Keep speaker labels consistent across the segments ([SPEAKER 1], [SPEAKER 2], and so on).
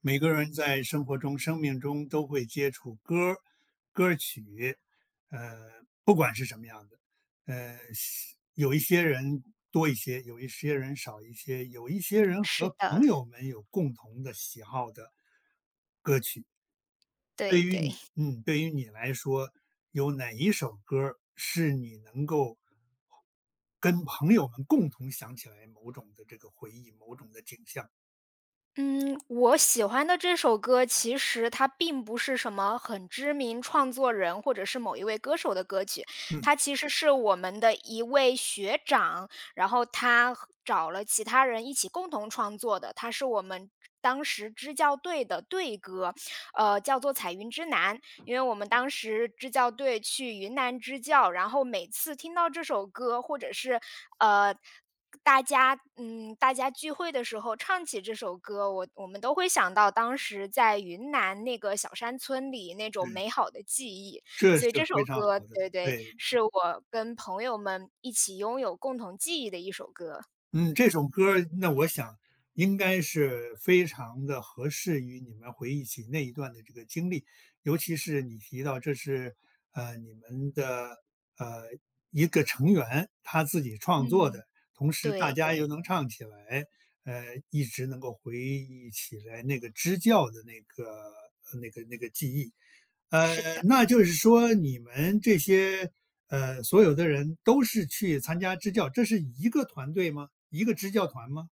[SPEAKER 1] 每个人在生活中、生命中都会接触歌儿、歌曲，呃，不管是什么样的，是有一些人多一些，有一些人少一些，有一些
[SPEAKER 2] 嗯。
[SPEAKER 1] 人
[SPEAKER 2] 是
[SPEAKER 1] 和朋
[SPEAKER 2] 的，
[SPEAKER 1] 友们有共同的喜好的。对
[SPEAKER 2] 对
[SPEAKER 1] 于
[SPEAKER 2] 对。
[SPEAKER 1] 你，嗯，对于你来说，有哪一首歌儿是你能够跟朋友们共同想起来某种的这个回忆、某种的景象？
[SPEAKER 2] 嗯，我喜欢的这首歌，其实它并不是什么很知名创作人或者是某一位歌手的歌曲，
[SPEAKER 1] 嗯，
[SPEAKER 2] 它其实是我们的一位学长，然后他和找了其他人一起共同创作的，它是我们当时支教队的队歌，叫做《彩云之南》。因为我们当时支教队去云南支教，然后每次听到这首歌，或者是呃，大家聚会的时候唱起这首歌，我们都会想到当时在云南那个小山村里那种
[SPEAKER 1] 对，
[SPEAKER 2] 美好的记忆。
[SPEAKER 1] 这是
[SPEAKER 2] 所以这首
[SPEAKER 1] 非常
[SPEAKER 2] 歌，
[SPEAKER 1] 好的，
[SPEAKER 2] 对对，
[SPEAKER 1] 对。
[SPEAKER 2] 是我跟朋友们一起拥有共同记忆的一首歌。
[SPEAKER 1] 嗯，这首歌儿那我想应该是非常的合适于你们回忆起那一段的这个经历，尤其是你提到这是，你们的，呃，一个成员，他自己创作的，
[SPEAKER 2] 嗯，
[SPEAKER 1] 同时大
[SPEAKER 2] 对
[SPEAKER 1] 家又
[SPEAKER 2] 对，
[SPEAKER 1] 能唱起来，呃，一直能够回忆起来那个支教的那个记忆。
[SPEAKER 2] 是的。
[SPEAKER 1] 那就是说你们这些，所有的人都是去参加支教，这是一个团队吗？一个支教团吗？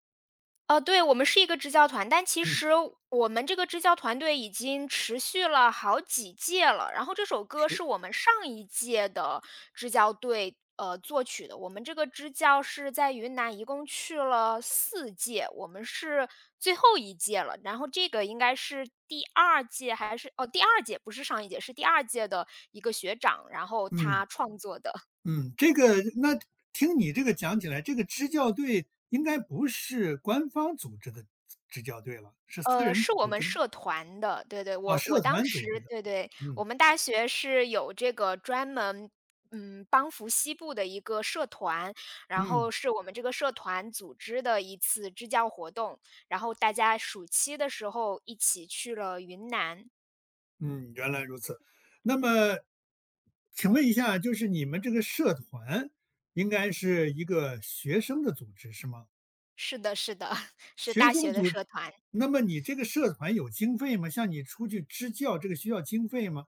[SPEAKER 2] 对，我们是一个支教团，但其
[SPEAKER 1] 嗯，
[SPEAKER 2] 实我们这个支教团队已经持续了好几届了。然后这首歌
[SPEAKER 1] 是。
[SPEAKER 2] 是我们上一届的支教队作曲的。我们这个支教是在云南一共去了4届，我们是最后一届了。然后这个应该是第二届还是第二届，不是上一届，是第二届的一个学长，然后
[SPEAKER 1] 嗯，
[SPEAKER 2] 他创作的。
[SPEAKER 1] 嗯，这个那听你这个讲起来，这个支教队应该不是官方组织的支教队了，是私人
[SPEAKER 2] 是我
[SPEAKER 1] 组
[SPEAKER 2] 们
[SPEAKER 1] 织的吗？
[SPEAKER 2] 社团的，对对，
[SPEAKER 1] 啊，
[SPEAKER 2] 我
[SPEAKER 1] 社
[SPEAKER 2] 当
[SPEAKER 1] 团
[SPEAKER 2] 时
[SPEAKER 1] 组织的。
[SPEAKER 2] 对对，我
[SPEAKER 1] 嗯，
[SPEAKER 2] 们大学是有这个专门，帮扶西部的一个社团，然
[SPEAKER 1] 嗯，
[SPEAKER 2] 后是我们这个社团组织的一次支教活动，然后大家暑期的时候一起去了云南。
[SPEAKER 1] 嗯，原来如此。那么请问一下，就是你们这个社团应该是一个学生的组织是吗？
[SPEAKER 2] 是的，是的，是
[SPEAKER 1] 学
[SPEAKER 2] 大
[SPEAKER 1] 生
[SPEAKER 2] 学的
[SPEAKER 1] 组，
[SPEAKER 2] 社团。
[SPEAKER 1] 那么你这个社团有经费吗？像你出去支教，这个需要经费吗？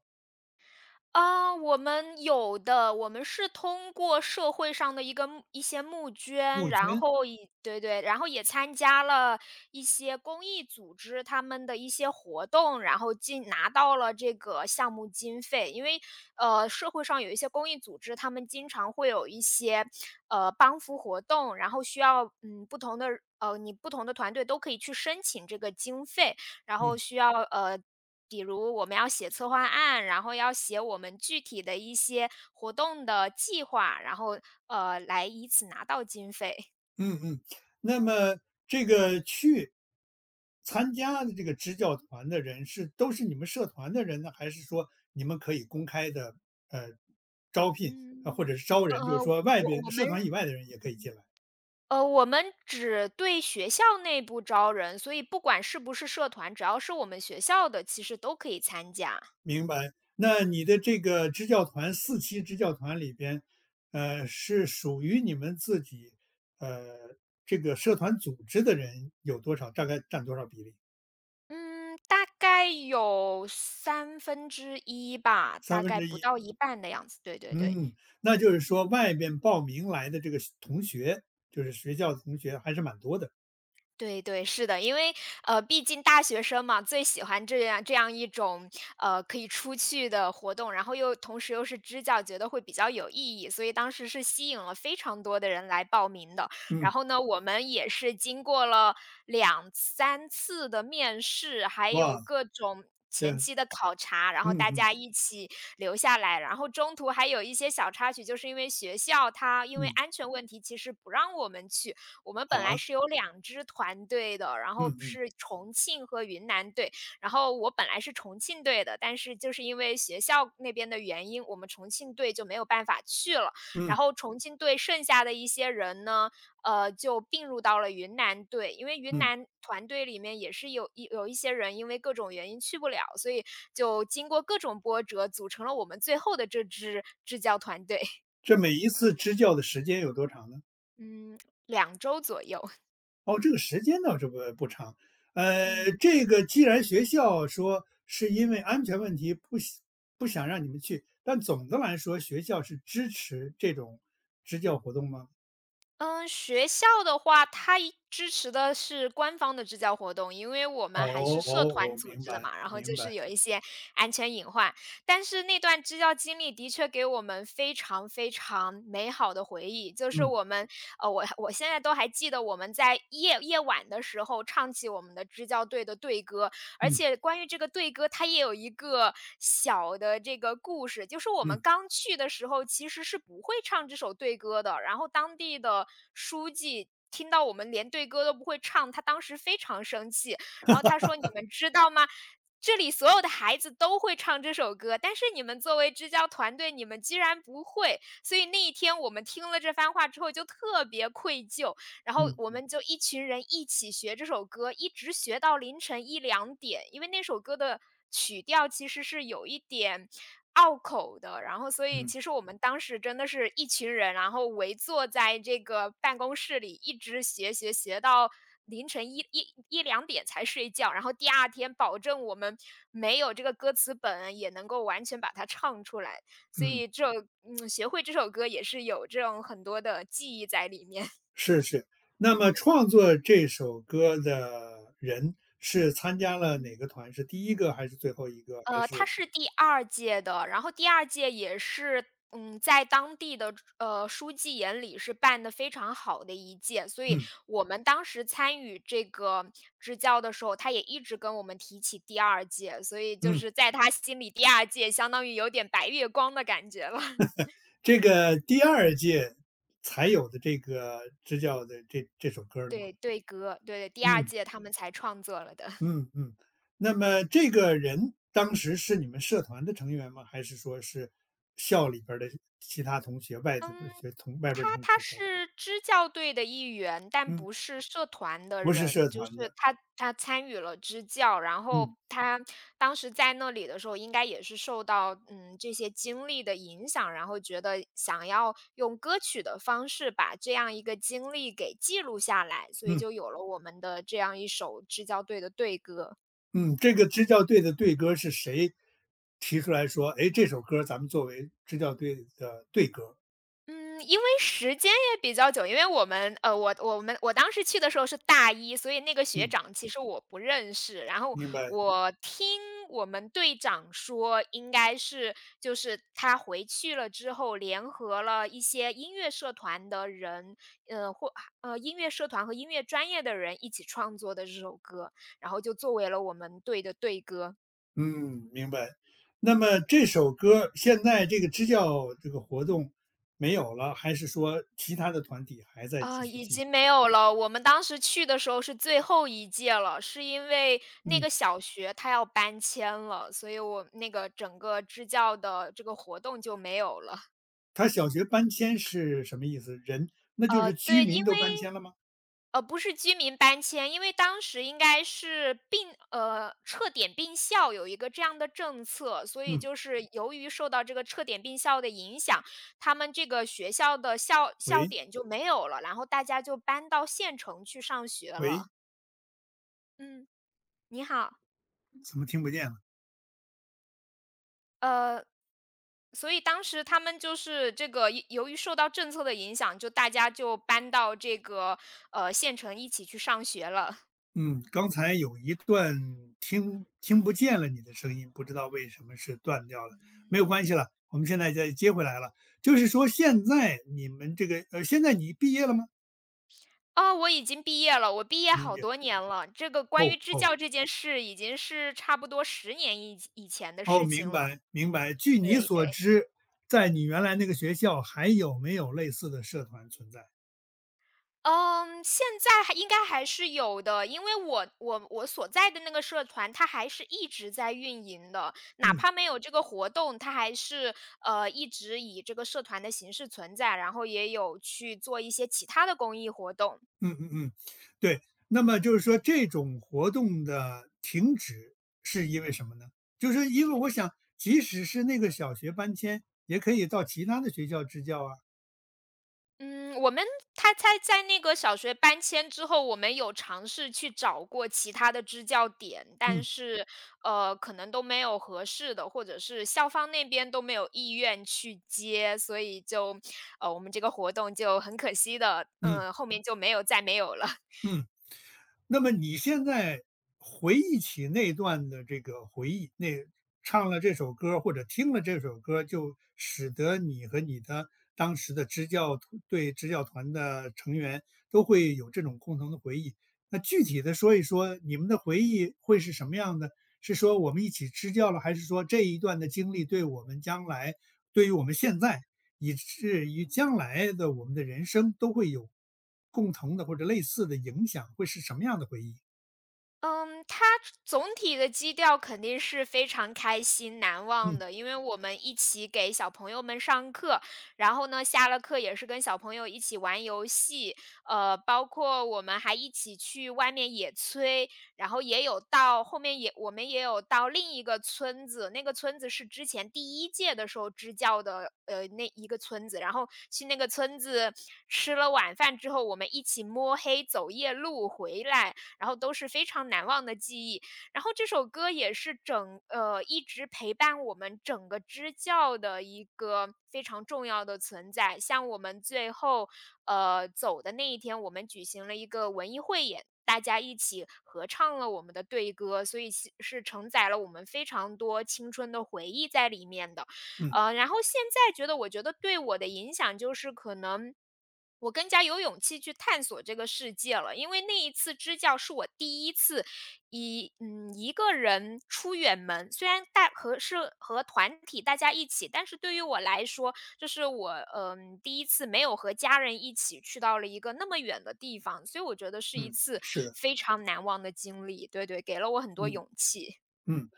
[SPEAKER 2] 啊，我们有的，我们是通过社会上的一些募捐，
[SPEAKER 1] 募
[SPEAKER 2] 然
[SPEAKER 1] 捐，
[SPEAKER 2] 后对对，然后也参加了一些公益组织他们的一些活动，然后拿到了这个项目经费。因为社会上有一些公益组织，他们经常会有一些帮扶活动，然后需要不同的不同的团队都可以去申请这个经费，然后
[SPEAKER 1] 嗯
[SPEAKER 2] 需要比如我们要写策划案，然后要写我们具体的一些活动的计划，然后来以此拿到经费。
[SPEAKER 1] 嗯嗯。那么这个去参加的这个支教团的人是都是你们社团的人呢，还是说你们可以公开的呃招聘啊，
[SPEAKER 2] 嗯。
[SPEAKER 1] 或者是招人，就是
[SPEAKER 2] 呃，
[SPEAKER 1] 说外
[SPEAKER 2] 我
[SPEAKER 1] 边
[SPEAKER 2] 我
[SPEAKER 1] 社
[SPEAKER 2] 们
[SPEAKER 1] 团以外的人也可以进来？
[SPEAKER 2] 我们只对学校内部招人，所以不管是不是社团，只要是我们学校的，其实都可以参加。
[SPEAKER 1] 明白。那你的这个支教团四期支教团里边，是属于你们自己，呃，这个社团组织的人有多少？大概占多少比例？
[SPEAKER 2] 嗯，大概有1/3吧，
[SPEAKER 1] 三
[SPEAKER 2] 大
[SPEAKER 1] 分
[SPEAKER 2] 概
[SPEAKER 1] 之
[SPEAKER 2] 不
[SPEAKER 1] 一。
[SPEAKER 2] 到一半的样子，对对对。
[SPEAKER 1] 嗯，那就是说外边报名来的这个同学，就是学校的同学还是蛮多的。
[SPEAKER 2] 对对，是的，因为毕竟大学生嘛，最喜欢这样一种可以出去的活动，然后又同时又是支教，觉得会比较有意义，所以当时是吸引了非常多的人来报名的。然
[SPEAKER 1] 嗯，
[SPEAKER 2] 后呢，我们也是经过了2、3次的面试，还有
[SPEAKER 1] 哇，
[SPEAKER 2] 各种。前
[SPEAKER 1] 这
[SPEAKER 2] 期的考察，然后
[SPEAKER 1] 嗯
[SPEAKER 2] 大
[SPEAKER 1] 嗯
[SPEAKER 2] 家一起留下来，然后中途还有一些小插曲，就是因为学校它因为
[SPEAKER 1] 嗯，
[SPEAKER 2] 安全问题，其实不让我们去，我们
[SPEAKER 1] 好
[SPEAKER 2] 本来
[SPEAKER 1] 啊，
[SPEAKER 2] 是有2支团队的，然后
[SPEAKER 1] 嗯嗯，
[SPEAKER 2] 是重庆和云南队。然后我本来是重庆队的，但是就是因为学校那边的原因，我们重庆队就没有办法去了。然
[SPEAKER 1] 嗯
[SPEAKER 2] 后重庆队剩下的一些人呢，就并入到了云南队，因为云
[SPEAKER 1] 嗯。
[SPEAKER 2] 南团队里面也是有一些人因为各种原因去不了，所以就经过各种波折，组成了我们最后的这支支教团队。
[SPEAKER 1] 这每一次支教的时间有多长呢？
[SPEAKER 2] 嗯2周左右。
[SPEAKER 1] 哦，这个时间倒是不长。
[SPEAKER 2] 嗯。
[SPEAKER 1] 这个既然学校说是因为安全问题不想让你们去，但总的来说学校是支持这种支教活动吗？
[SPEAKER 2] 嗯，学校的话，它支持的是官方的支教活动，因为我
[SPEAKER 1] 哦
[SPEAKER 2] 们还是社
[SPEAKER 1] 哦，
[SPEAKER 2] 团
[SPEAKER 1] 我
[SPEAKER 2] 组
[SPEAKER 1] 明
[SPEAKER 2] 织的
[SPEAKER 1] 白
[SPEAKER 2] 嘛，然后
[SPEAKER 1] 明
[SPEAKER 2] 就是
[SPEAKER 1] 白，
[SPEAKER 2] 有一些安全隐患。但是那段支教经历的确给我们非常非常美好的回忆，就是
[SPEAKER 1] 嗯
[SPEAKER 2] 我们我现在都还记得我们在夜晚的时候唱起我们的支教队的队歌，而
[SPEAKER 1] 嗯
[SPEAKER 2] 且关于这个队歌，它也有一个小的这个故事，就是我们
[SPEAKER 1] 嗯
[SPEAKER 2] 刚去的时候其实是不会唱这首队歌的，然后当地的书记。听到我们连队歌都不会唱，他当时非常生气，然后他说：“你们知道吗？这里所有的孩子都会唱这首歌，但是你们作为支教团队，你们居然不会。”所以那一天我们听了这番话之后就特别愧疚，然后
[SPEAKER 1] 嗯
[SPEAKER 2] 我
[SPEAKER 1] 嗯
[SPEAKER 2] 们就一群人一起学这首歌，一直学到凌晨一两点。因为那首歌的曲调其实是有一点拗口的，然后所以
[SPEAKER 1] 嗯
[SPEAKER 2] 其实我们当时真的是一群人，然后围坐在这个办公室里，一直学学学到凌晨一两点才睡觉。然后第二天保证我们没有这个歌词本，也能够完全把它唱出来。所
[SPEAKER 1] 嗯，
[SPEAKER 2] 以这学会这首歌也是有这种很多的记忆在里面。
[SPEAKER 1] 是是。那么创作这首歌的人是参加了哪个 团？是第一个还是最后一个？还
[SPEAKER 2] 他
[SPEAKER 1] 是
[SPEAKER 2] 是第二届的，然后第二届也是，在当地的书记眼里是办的非常好的一届，所以
[SPEAKER 1] 嗯
[SPEAKER 2] 我们当时参与这个支教的时候，他也一直跟我们提起第二届，所以就
[SPEAKER 1] 嗯。
[SPEAKER 2] 是在他心里第二届相当于有点白月光的感觉了。
[SPEAKER 1] 这个第二届才有的这个支教的这首歌了吗？
[SPEAKER 2] 对，对格，对对，第二
[SPEAKER 1] 嗯，
[SPEAKER 2] 届他们才创作了的。
[SPEAKER 1] 嗯嗯。那么这个人当时是你们社团的成员吗？还是说是校里边儿的其他同学，外头的学同外边儿的
[SPEAKER 2] 他
[SPEAKER 1] 同
[SPEAKER 2] 他
[SPEAKER 1] 学搞的。
[SPEAKER 2] 是支教队的一员，但
[SPEAKER 1] 嗯，
[SPEAKER 2] 不是社团的
[SPEAKER 1] 不是社
[SPEAKER 2] 人，就
[SPEAKER 1] 团
[SPEAKER 2] 是
[SPEAKER 1] 的，
[SPEAKER 2] 他参与了支教，然后
[SPEAKER 1] 嗯，
[SPEAKER 2] 他当时在那里的时候，应该也是受到这些经历的影响，然后觉得想要用歌曲的方式把这样一个经历给记录下来，所以
[SPEAKER 1] 嗯，
[SPEAKER 2] 就有了我们的这样一首支教队的队歌。
[SPEAKER 1] 嗯。这个支教队的队歌是谁提出来说：“哎，这首歌咱们作为支教队的队歌”
[SPEAKER 2] 嗯，因为时间也比较久，因为我们，我当时去的时候是大一，所以那个学
[SPEAKER 1] 嗯，
[SPEAKER 2] 长其实我不认识。然后
[SPEAKER 1] 明白。
[SPEAKER 2] 我听我们队长说，应该是就是他回去了之后，联合了一些音乐社团的人，或音乐社团和音乐专业的人一起创作的这首歌，然后就作为了我们队的队歌。
[SPEAKER 1] 嗯，明白。那么这首歌现在这个支教这个活
[SPEAKER 2] 嗯
[SPEAKER 1] 动没有了，还是说其他的团体还在继
[SPEAKER 2] 啊，
[SPEAKER 1] 续
[SPEAKER 2] 已
[SPEAKER 1] 进行？
[SPEAKER 2] 经没有了。我们当时去的时候是最后一届了，是因为那
[SPEAKER 1] 嗯，
[SPEAKER 2] 个小学它要搬迁了，所以我那个整个支教的这个活动就没有了。
[SPEAKER 1] 他小学搬迁是什么意思？人，那就是居
[SPEAKER 2] 对，因
[SPEAKER 1] 民都搬
[SPEAKER 2] 为
[SPEAKER 1] 迁了吗？
[SPEAKER 2] 不是居民搬迁，因为当时应该是撤点并校有一个这样的政策，所以
[SPEAKER 1] 嗯，
[SPEAKER 2] 就是由于受到这个撤点并校的影响，他们这个学校的校校
[SPEAKER 1] 喂
[SPEAKER 2] 点就没有了，然后大家就搬到县城去上学
[SPEAKER 1] 喂，
[SPEAKER 2] 了。嗯。你好，
[SPEAKER 1] 怎么听不见了？
[SPEAKER 2] 呃，所以当时他们就是这个，由于受到政策的影响，就大家就搬到这个县城一起去上学了。
[SPEAKER 1] 嗯，刚才有一段听不见了你的声音，不知道为什么是断掉了，没有关系了，我们现在再接回来了。就是说现在你们这个现在你毕业了吗？
[SPEAKER 2] 哦，我已经毕业了，我毕业
[SPEAKER 1] 您
[SPEAKER 2] 好
[SPEAKER 1] 毕业
[SPEAKER 2] 多年了。这个关
[SPEAKER 1] 哦
[SPEAKER 2] 于支
[SPEAKER 1] 哦，
[SPEAKER 2] 教这件事，已经是差不多10年以前的
[SPEAKER 1] 哦，
[SPEAKER 2] 事
[SPEAKER 1] 明
[SPEAKER 2] 情了。
[SPEAKER 1] 白明白。据你
[SPEAKER 2] 对
[SPEAKER 1] 所
[SPEAKER 2] 对。
[SPEAKER 1] 知，在你原来那个学校还有没有类似的社团存在？
[SPEAKER 2] 嗯，现在还应该还是有的，因为我所在的那个社团，它还是一直在运营的，哪
[SPEAKER 1] 嗯
[SPEAKER 2] 怕没有这个活动，它还是一直以这个社团的形式存在，然后也有去做一些其他的公益活动。
[SPEAKER 1] 嗯嗯嗯，对。那么就是说这种活动的停止是因为什么呢？就是因为我想即使是那个小学搬迁，也可以到其他的学校支教啊。
[SPEAKER 2] 嗯，我们他在那个小学搬迁之后，我们有尝试去找过其他的支教点，但
[SPEAKER 1] 嗯
[SPEAKER 2] 是，可能都没有合适的，或者是校方那边都没有意愿去接，所以就，我们这个活动就很可惜的，
[SPEAKER 1] 嗯
[SPEAKER 2] 后面就没有再没有了。
[SPEAKER 1] 嗯。那么你现在回忆起那段的这个回忆，那唱了这首歌儿或者听了这首歌儿，就使得你和你的当时的支教团对支教团的成员都会有这种共同的回忆。那具体的说一说，你们的回忆会是什么样的？是说我们一起支教了，还是说这一段的经历对我们将来对于我们现在以至于将来的我们的人生都会有共同的或者类似的影响，会是什么样的回忆？
[SPEAKER 2] 嗯，他总体的基调肯定是非常开心、难忘
[SPEAKER 1] 嗯。
[SPEAKER 2] 的，因为我们一起给小朋友们上课，然后呢，下了课也是跟小朋友一起玩游戏，包括我们还一起去外面野炊，然后也有到后面也我们也有到另一个村子，那个村子是之前第一届的时候支教的，那一个村子，然后去那个村子吃了晚饭之后，我们一起摸黑走夜路回来。然后都是非常难忘的记忆。然后这首歌也是一直陪伴我们整个支教的一个非常重要的存在。像我们最后，走的那一天，我们举行了一个文艺汇演，大家一起合唱了我们的队歌，所以其是承载了我们非常多青春的回忆在里面的。
[SPEAKER 1] 嗯
[SPEAKER 2] 然后现在觉得我觉得对我的影响就是可能。我更加有勇气去探索这个世界了，因为那一次支教是我第一次一个人出远门，虽然大和是和团体大家一起，但是对于我来说，这是我第一次没有和家人一起去到了一个那么远的地方，所以我觉得是一
[SPEAKER 1] 嗯，
[SPEAKER 2] 次
[SPEAKER 1] 是的，
[SPEAKER 2] 非常难忘的经历。对对，给了我很多
[SPEAKER 1] 嗯
[SPEAKER 2] 勇气。
[SPEAKER 1] 嗯，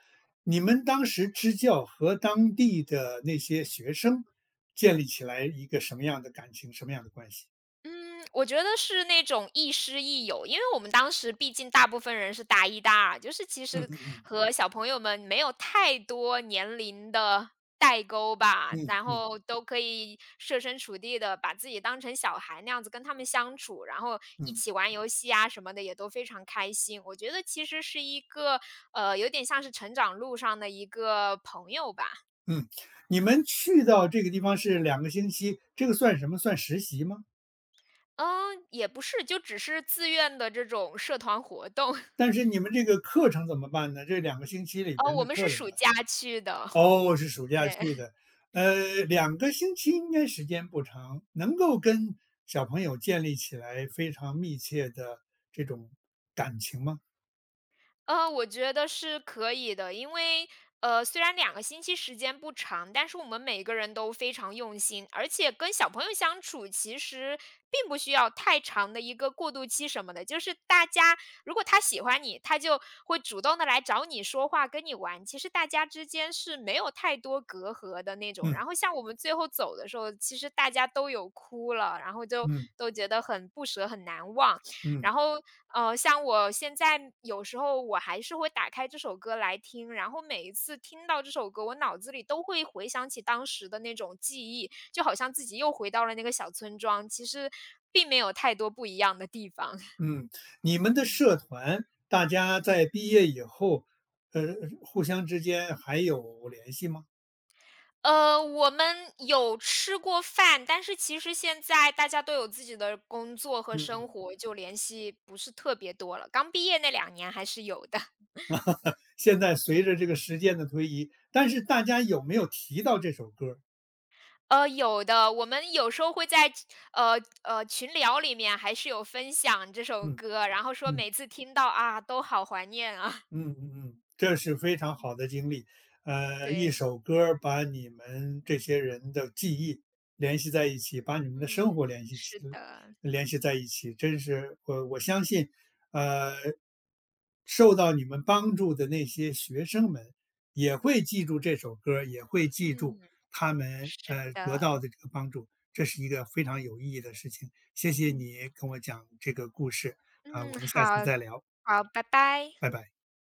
[SPEAKER 1] 你们当时支教和当地的那些学生建立起来一个什么样的感情，什么样的关系？
[SPEAKER 2] 嗯，我觉得是那种亦师亦友，因为我们当时毕竟大部分人是大一、大二，就是其
[SPEAKER 1] 嗯
[SPEAKER 2] 实
[SPEAKER 1] 嗯嗯
[SPEAKER 2] 和小朋友们没有太多年龄的代沟吧，
[SPEAKER 1] 嗯
[SPEAKER 2] 然
[SPEAKER 1] 嗯
[SPEAKER 2] 后都可以设身处地的把自己当成小孩那样子跟他们相处，然后一
[SPEAKER 1] 嗯
[SPEAKER 2] 起玩游戏啊什么的也都非常开心。我觉得其实是一个有点像是成长路上的一个朋友吧。
[SPEAKER 1] 嗯，你们去到这个地方是两个星期，这个算什么？算实习吗？
[SPEAKER 2] 嗯，也不是，就只是自愿的这种社团活动。
[SPEAKER 1] 但是你们这个课程怎么办呢？这两个星期里
[SPEAKER 2] 哦，
[SPEAKER 1] 边
[SPEAKER 2] 我
[SPEAKER 1] 的
[SPEAKER 2] 们是
[SPEAKER 1] 课怎么
[SPEAKER 2] 暑
[SPEAKER 1] 办？
[SPEAKER 2] 假去的。
[SPEAKER 1] 哦，是暑假
[SPEAKER 2] 对。
[SPEAKER 1] 去的，两个星期应该时间不长，能够跟小朋友建立起来非常密切的这种感情吗？
[SPEAKER 2] 我觉得是可以的，因为，虽然两个星期时间不长，但是我们每个人都非常用心，而且跟小朋友相处其实并不需要太长的一个过渡期什么的，就是大家如果他喜欢你，他就会主动的来找你说话，跟你玩，其实大家之间是没有太多隔阂的那种。
[SPEAKER 1] 嗯，
[SPEAKER 2] 然后像我们最后走的时候，其实大家都有哭了，然后就
[SPEAKER 1] 嗯，
[SPEAKER 2] 都觉得很不舍、很难忘。
[SPEAKER 1] 嗯，
[SPEAKER 2] 然后，像我现在有时候我还是会打开这首歌来听，然后每一次听到这首歌，我脑子里都会回想起当时的那种记忆，就好像自己又回到了那个小村庄，其实并没有太多不一样的地方。
[SPEAKER 1] 嗯，你们的
[SPEAKER 2] 嗯。
[SPEAKER 1] 社团，大家在毕业以后，呃，互相之间还有联系吗？
[SPEAKER 2] 我们有吃过饭，但是其实现在大家都有自己的工作和生
[SPEAKER 1] 嗯，
[SPEAKER 2] 活，就联系不是特别多了，刚毕业那两年还是有的，
[SPEAKER 1] 现在随
[SPEAKER 2] 嗯。
[SPEAKER 1] 着这个时间的推移，但是大家有没有提到这首歌儿？
[SPEAKER 2] 有的，我们有时候会在呃群聊里面还是有分享这首
[SPEAKER 1] 嗯，
[SPEAKER 2] 歌，然后说
[SPEAKER 1] 嗯。
[SPEAKER 2] 每次听到啊都好怀念啊。
[SPEAKER 1] 嗯嗯嗯，这是非常好的 经历。呃，一
[SPEAKER 2] 对，
[SPEAKER 1] 首歌儿把你们这些人的记忆联系在一起，把你们的生
[SPEAKER 2] 嗯，
[SPEAKER 1] 活联系起
[SPEAKER 2] 是的，
[SPEAKER 1] 联系在一起，真是我相信，呃，受到你们帮助的那些学生们也会记住这首歌儿，也会记住
[SPEAKER 2] 嗯，
[SPEAKER 1] 他们
[SPEAKER 2] 是
[SPEAKER 1] 得到
[SPEAKER 2] 的，
[SPEAKER 1] 的这个帮助，这是一个非常
[SPEAKER 2] 嗯，
[SPEAKER 1] 有意义的事情。谢谢
[SPEAKER 2] 嗯。
[SPEAKER 1] 你跟我讲这个故事啊，
[SPEAKER 2] 嗯，
[SPEAKER 1] 我们下次
[SPEAKER 2] 好
[SPEAKER 1] 再聊，
[SPEAKER 2] 好，拜拜。
[SPEAKER 1] 拜拜。